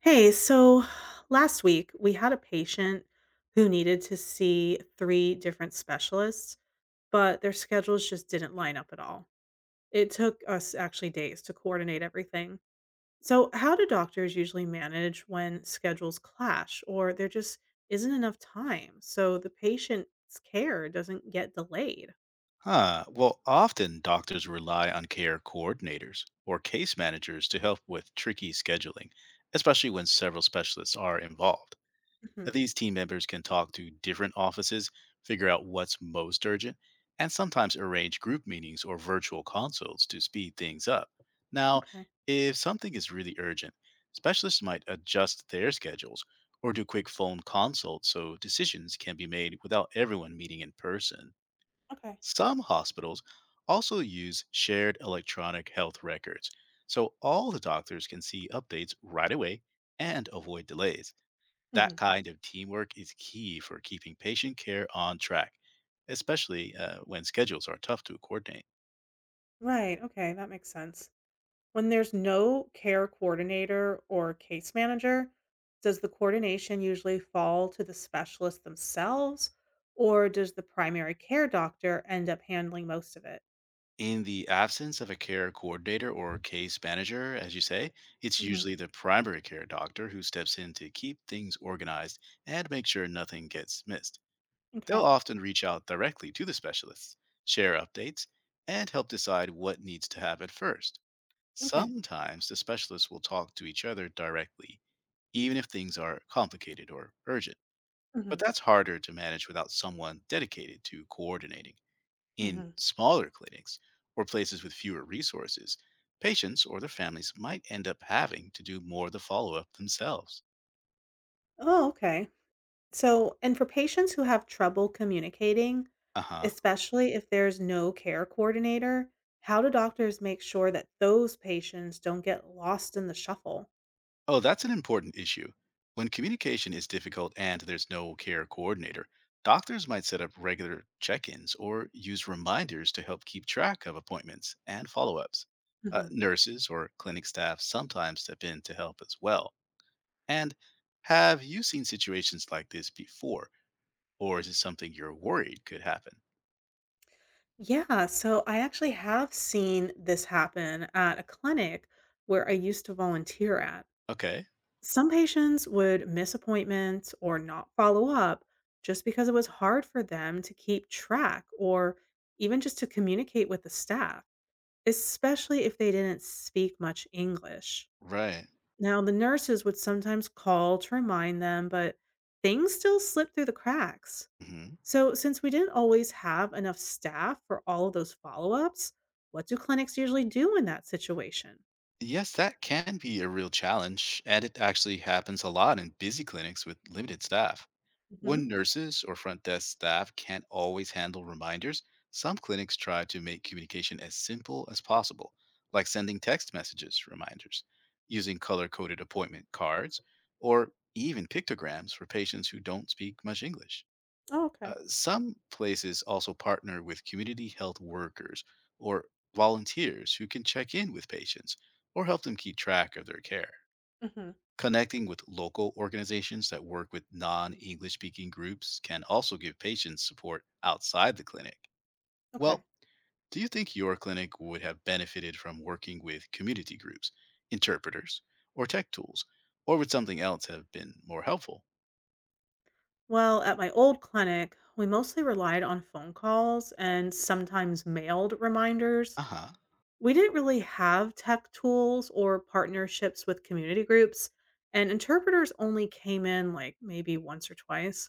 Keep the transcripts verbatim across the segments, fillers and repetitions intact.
Hey, so last week we had a patient who needed to see three different specialists, but their schedules just didn't line up at all. It took us actually days to coordinate everything. So, how do doctors usually manage when schedules clash or there just isn't enough time so the patient's care doesn't get delayed? Huh. Well, often doctors rely on care coordinators or case managers to help with tricky scheduling, especially when several specialists are involved. Now, Hmm. these team members can talk to different offices, figure out what's most urgent, and sometimes arrange group meetings or virtual consults to speed things up. Now, Okay. if something is really urgent, specialists might adjust their schedules or do quick phone consults so decisions can be made without everyone meeting in person. Okay. Some hospitals also use shared electronic health records, so all the doctors can see updates right away and avoid delays. Hmm. That kind of teamwork is key for keeping patient care on track, especially uh, when schedules are tough to coordinate. Right. Okay. That makes sense. When there's no care coordinator or case manager, does the coordination usually fall to the specialist themselves, or does the primary care doctor end up handling most of it? In the absence of a care coordinator or case manager, as you say, it's Hmm. usually the primary care doctor who steps in to keep things organized and make sure nothing gets missed. They'll Okay. often reach out directly to the specialists, share updates, and help decide what needs to happen first. Okay. Sometimes the specialists will talk to each other directly, even if things are complicated or urgent. Hmm. But that's harder to manage without someone dedicated to coordinating. In Hmm. smaller clinics or places with fewer resources, patients or their families might end up having to do more of the follow up themselves. Oh, okay. So, and for patients who have trouble communicating, Uh huh. especially if there's no care coordinator, how do doctors make sure that those patients don't get lost in the shuffle? Oh, that's an important issue. When communication is difficult and there's no care coordinator, doctors might set up regular check ins or use reminders to help keep track of appointments and follow ups. Uh, nurses or clinic staff sometimes step in to help as well. And have you seen situations like this before, or is it something you're worried could happen? Yeah, so I actually have seen this happen at a clinic where I used to volunteer at. Okay, Some patients would miss appointments or not follow up just because it was hard for them to keep track or even just to communicate with the staff, especially if they didn't speak much English. right. Now, the nurses would sometimes call to remind them, but things still slip through the cracks. Hmm. So, since we didn't always have enough staff for all of those follow ups, what do clinics usually do in that situation? Yes, that can be a real challenge, and it actually happens a lot in busy clinics with limited staff. Hmm. When nurses or front desk staff can't always handle reminders, some clinics try to make communication as simple as possible, like sending text messages reminders, using color coded appointment cards, or even pictograms for patients who don't speak much English. Oh, okay. Uh, some places also partner with community health workers or volunteers who can check in with patients or help them keep track of their care. Hmm. Connecting with local organizations that work with non English speaking groups can also give patients support outside the clinic. Okay. Well, do you think your clinic would have benefited from working with community groups, interpreters, or tech tools? Or would something else have been more helpful? Well, at my old clinic, we mostly relied on phone calls and sometimes mailed reminders. Uh huh. We didn't really have tech tools or partnerships with community groups, and interpreters only came in like maybe once or twice.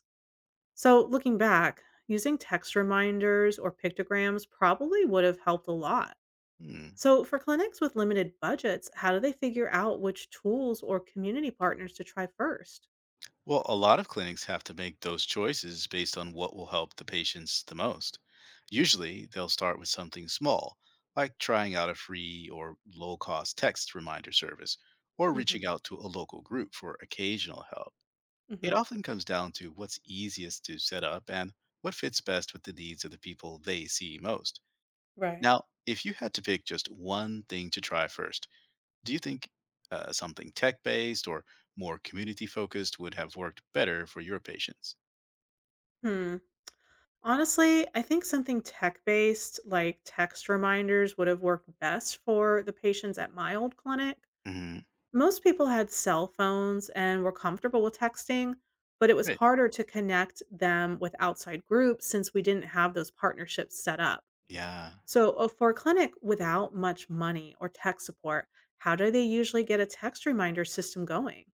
So, looking back, using text reminders or pictograms probably would have helped a lot. So, for clinics with limited budgets, how do they figure out which tools or community partners to try first? Well, a lot of clinics have to make those choices based on what will help the patients the most. Usually, they'll start with something small, like trying out a free or low cost text reminder service, or Hmm. reaching out to a local group for occasional help. It Hmm. often comes down to what's easiest to set up and what fits best with the needs of the people they see most. Right. Now, if you had to pick just one thing to try first, do you think uh, something tech based or more community focused would have worked better for your patients? Hmm. Honestly, I think something tech based like text reminders would have worked best for the patients at my old clinic. Hmm. Most people had cell phones and were comfortable with texting, but it was Right. harder to connect them with outside groups since we didn't have those partnerships set up. Yeah. So, uh, for a clinic without much money or tech support, how do they usually get a text reminder system going?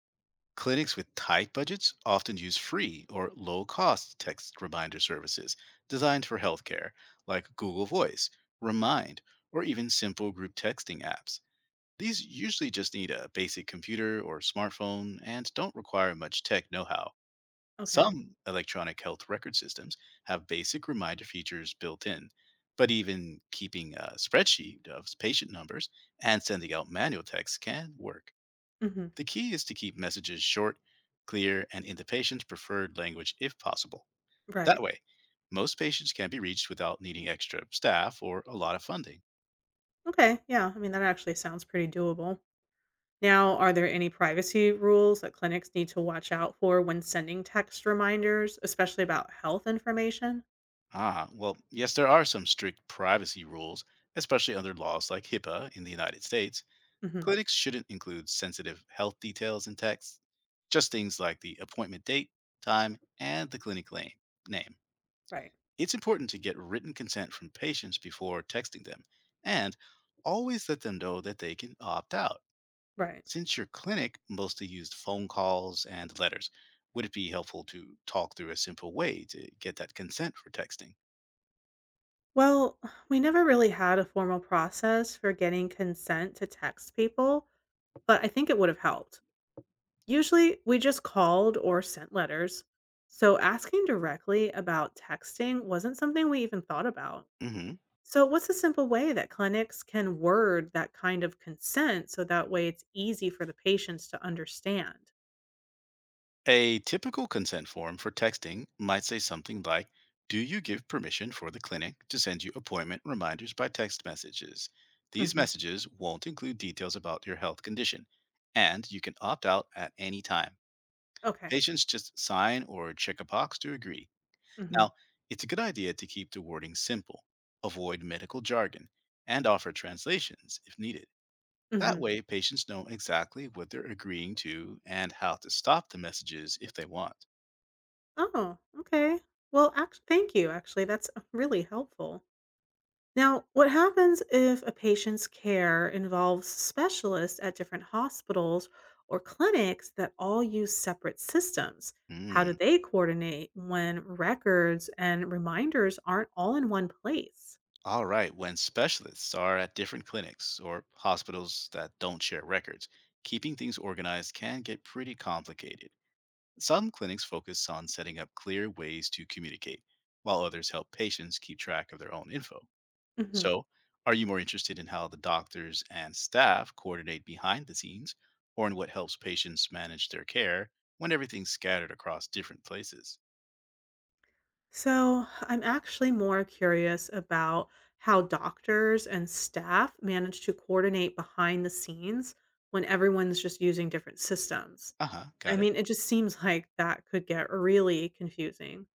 Clinics with tight budgets often use free or low cost text reminder services designed for healthcare, like Google Voice, Remind, or even simple group texting apps. These usually just need a basic computer or smartphone and don't require much tech know how. Okay. Some electronic health record systems have basic reminder features built in, but even keeping a spreadsheet of patient numbers and sending out manual texts can work. Hmm. The key is to keep messages short, clear, and in the patient's preferred language if possible. Right. That way, most patients can be reached without needing extra staff or a lot of funding. Okay. Yeah. I mean, that actually sounds pretty doable. Now, are there any privacy rules that clinics need to watch out for when sending text reminders, especially about health information? Ah, well, yes, there are some strict privacy rules, especially under laws like HIPAA in the United States. Hmm. Clinics shouldn't include sensitive health details in texts, just things like the appointment date, time, and the clinic la- name. Right. It's important to get written consent from patients before texting them, and always let them know that they can opt out. Right. Since your clinic mostly used phone calls and letters, would it be helpful to talk through a simple way to get that consent for texting? Well, we never really had a formal process for getting consent to text people, but I think it would have helped. Usually, we just called or sent letters, so asking directly about texting wasn't something we even thought about. Hmm. So, what's a simple way that clinics can word that kind of consent so that way it's easy for the patients to understand? A typical consent form for texting might say something like, "Do you give permission for the clinic to send you appointment reminders by text messages? These Hmm. messages won't include details about your health condition, and you can opt out at any time." Okay. Patients just sign or check a box to agree. Hmm. Now, it's a good idea to keep the wording simple, avoid medical jargon, and offer translations if needed. That Hmm. way, patients know exactly what they're agreeing to and how to stop the messages if they want. Oh, okay. Well, act- thank you. Actually, that's uh, really helpful. Now, what happens if a patient's care involves specialists at different hospitals or clinics that all use separate systems? How do Mm. they coordinate when records and reminders aren't all in one place? All right. When specialists are at different clinics or hospitals that don't share records, keeping things organized can get pretty complicated. Some clinics focus on setting up clear ways to communicate, while others help patients keep track of their own info. Hmm. So, are you more interested in how the doctors and staff coordinate behind the scenes or in what helps patients manage their care when everything's scattered across different places? So, I'm actually more curious about how doctors and staff manage to coordinate behind the scenes when everyone's just using different systems. Uh huh, I got it. mean, it just seems like that could get really confusing.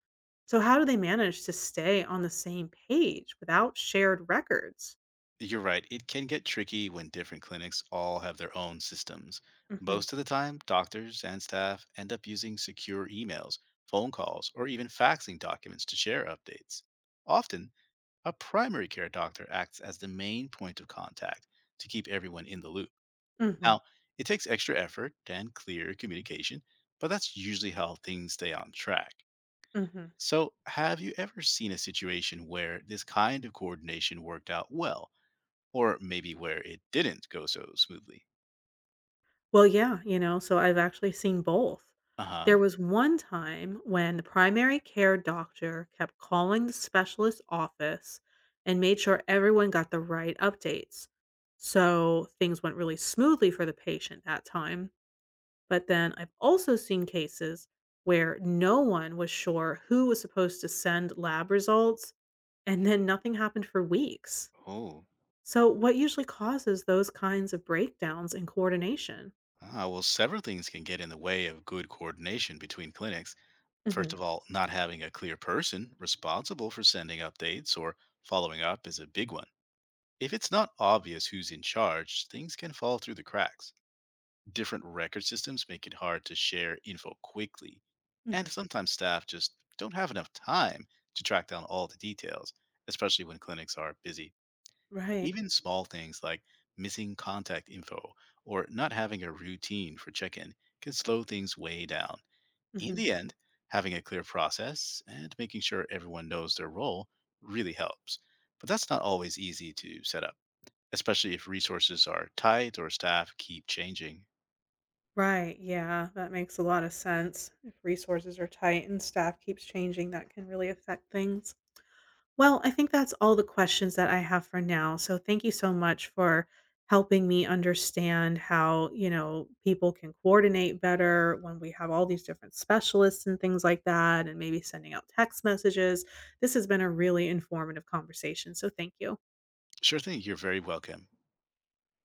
So how do they manage to stay on the same page without shared records? You're right, it can get tricky when different clinics all have their own systems. Mhm. Most of the time, doctors and staff end up using secure emails, phone calls, or even faxing documents to share updates. Often, a primary care doctor acts as the main point of contact to keep everyone in the loop. Mhm. Now, it takes extra effort and clear communication, but that's usually how things stay on track. Mhm. So, have you ever seen a situation where this kind of coordination worked out well, or maybe where it didn't go so smoothly? Well, yeah, you know, so I've actually seen both. Uh huh. There was one time when the primary care doctor kept calling the specialist office and made sure everyone got the right updates. So things went really smoothly for the patient that time. But then I've also seen cases where no one was sure who was supposed to send lab results, and then nothing happened for weeks. Oh, So, what usually causes those kinds of breakdowns in coordination? ah, well, several things can get in the way of good coordination between clinics. Hmm. First of all, not having a clear person responsible for sending updates or following up is a big one. If it's not obvious who's in charge, things can fall through the cracks. Different record systems make it hard to share info quickly, and Hmm. sometimes staff just don't have enough time to track down all the details, especially when clinics are busy. Right. Even small things like missing contact info or not having a routine for check in can slow things way down. In Hmm. the end, having a clear process and making sure everyone knows their role really helps. But that's not always easy to set up, especially if resources are tight or staff keep changing. Right. Yeah, that makes a lot of sense. If resources are tight and staff keeps changing, that can really affect things. Well, I think that's all the questions that I have for now. So thank you so much for helping me understand how, you know, people can coordinate better when we have all these different specialists and things like that, and maybe sending out text messages. This has been a really informative conversation. So thank you. Sure thing. You're very welcome.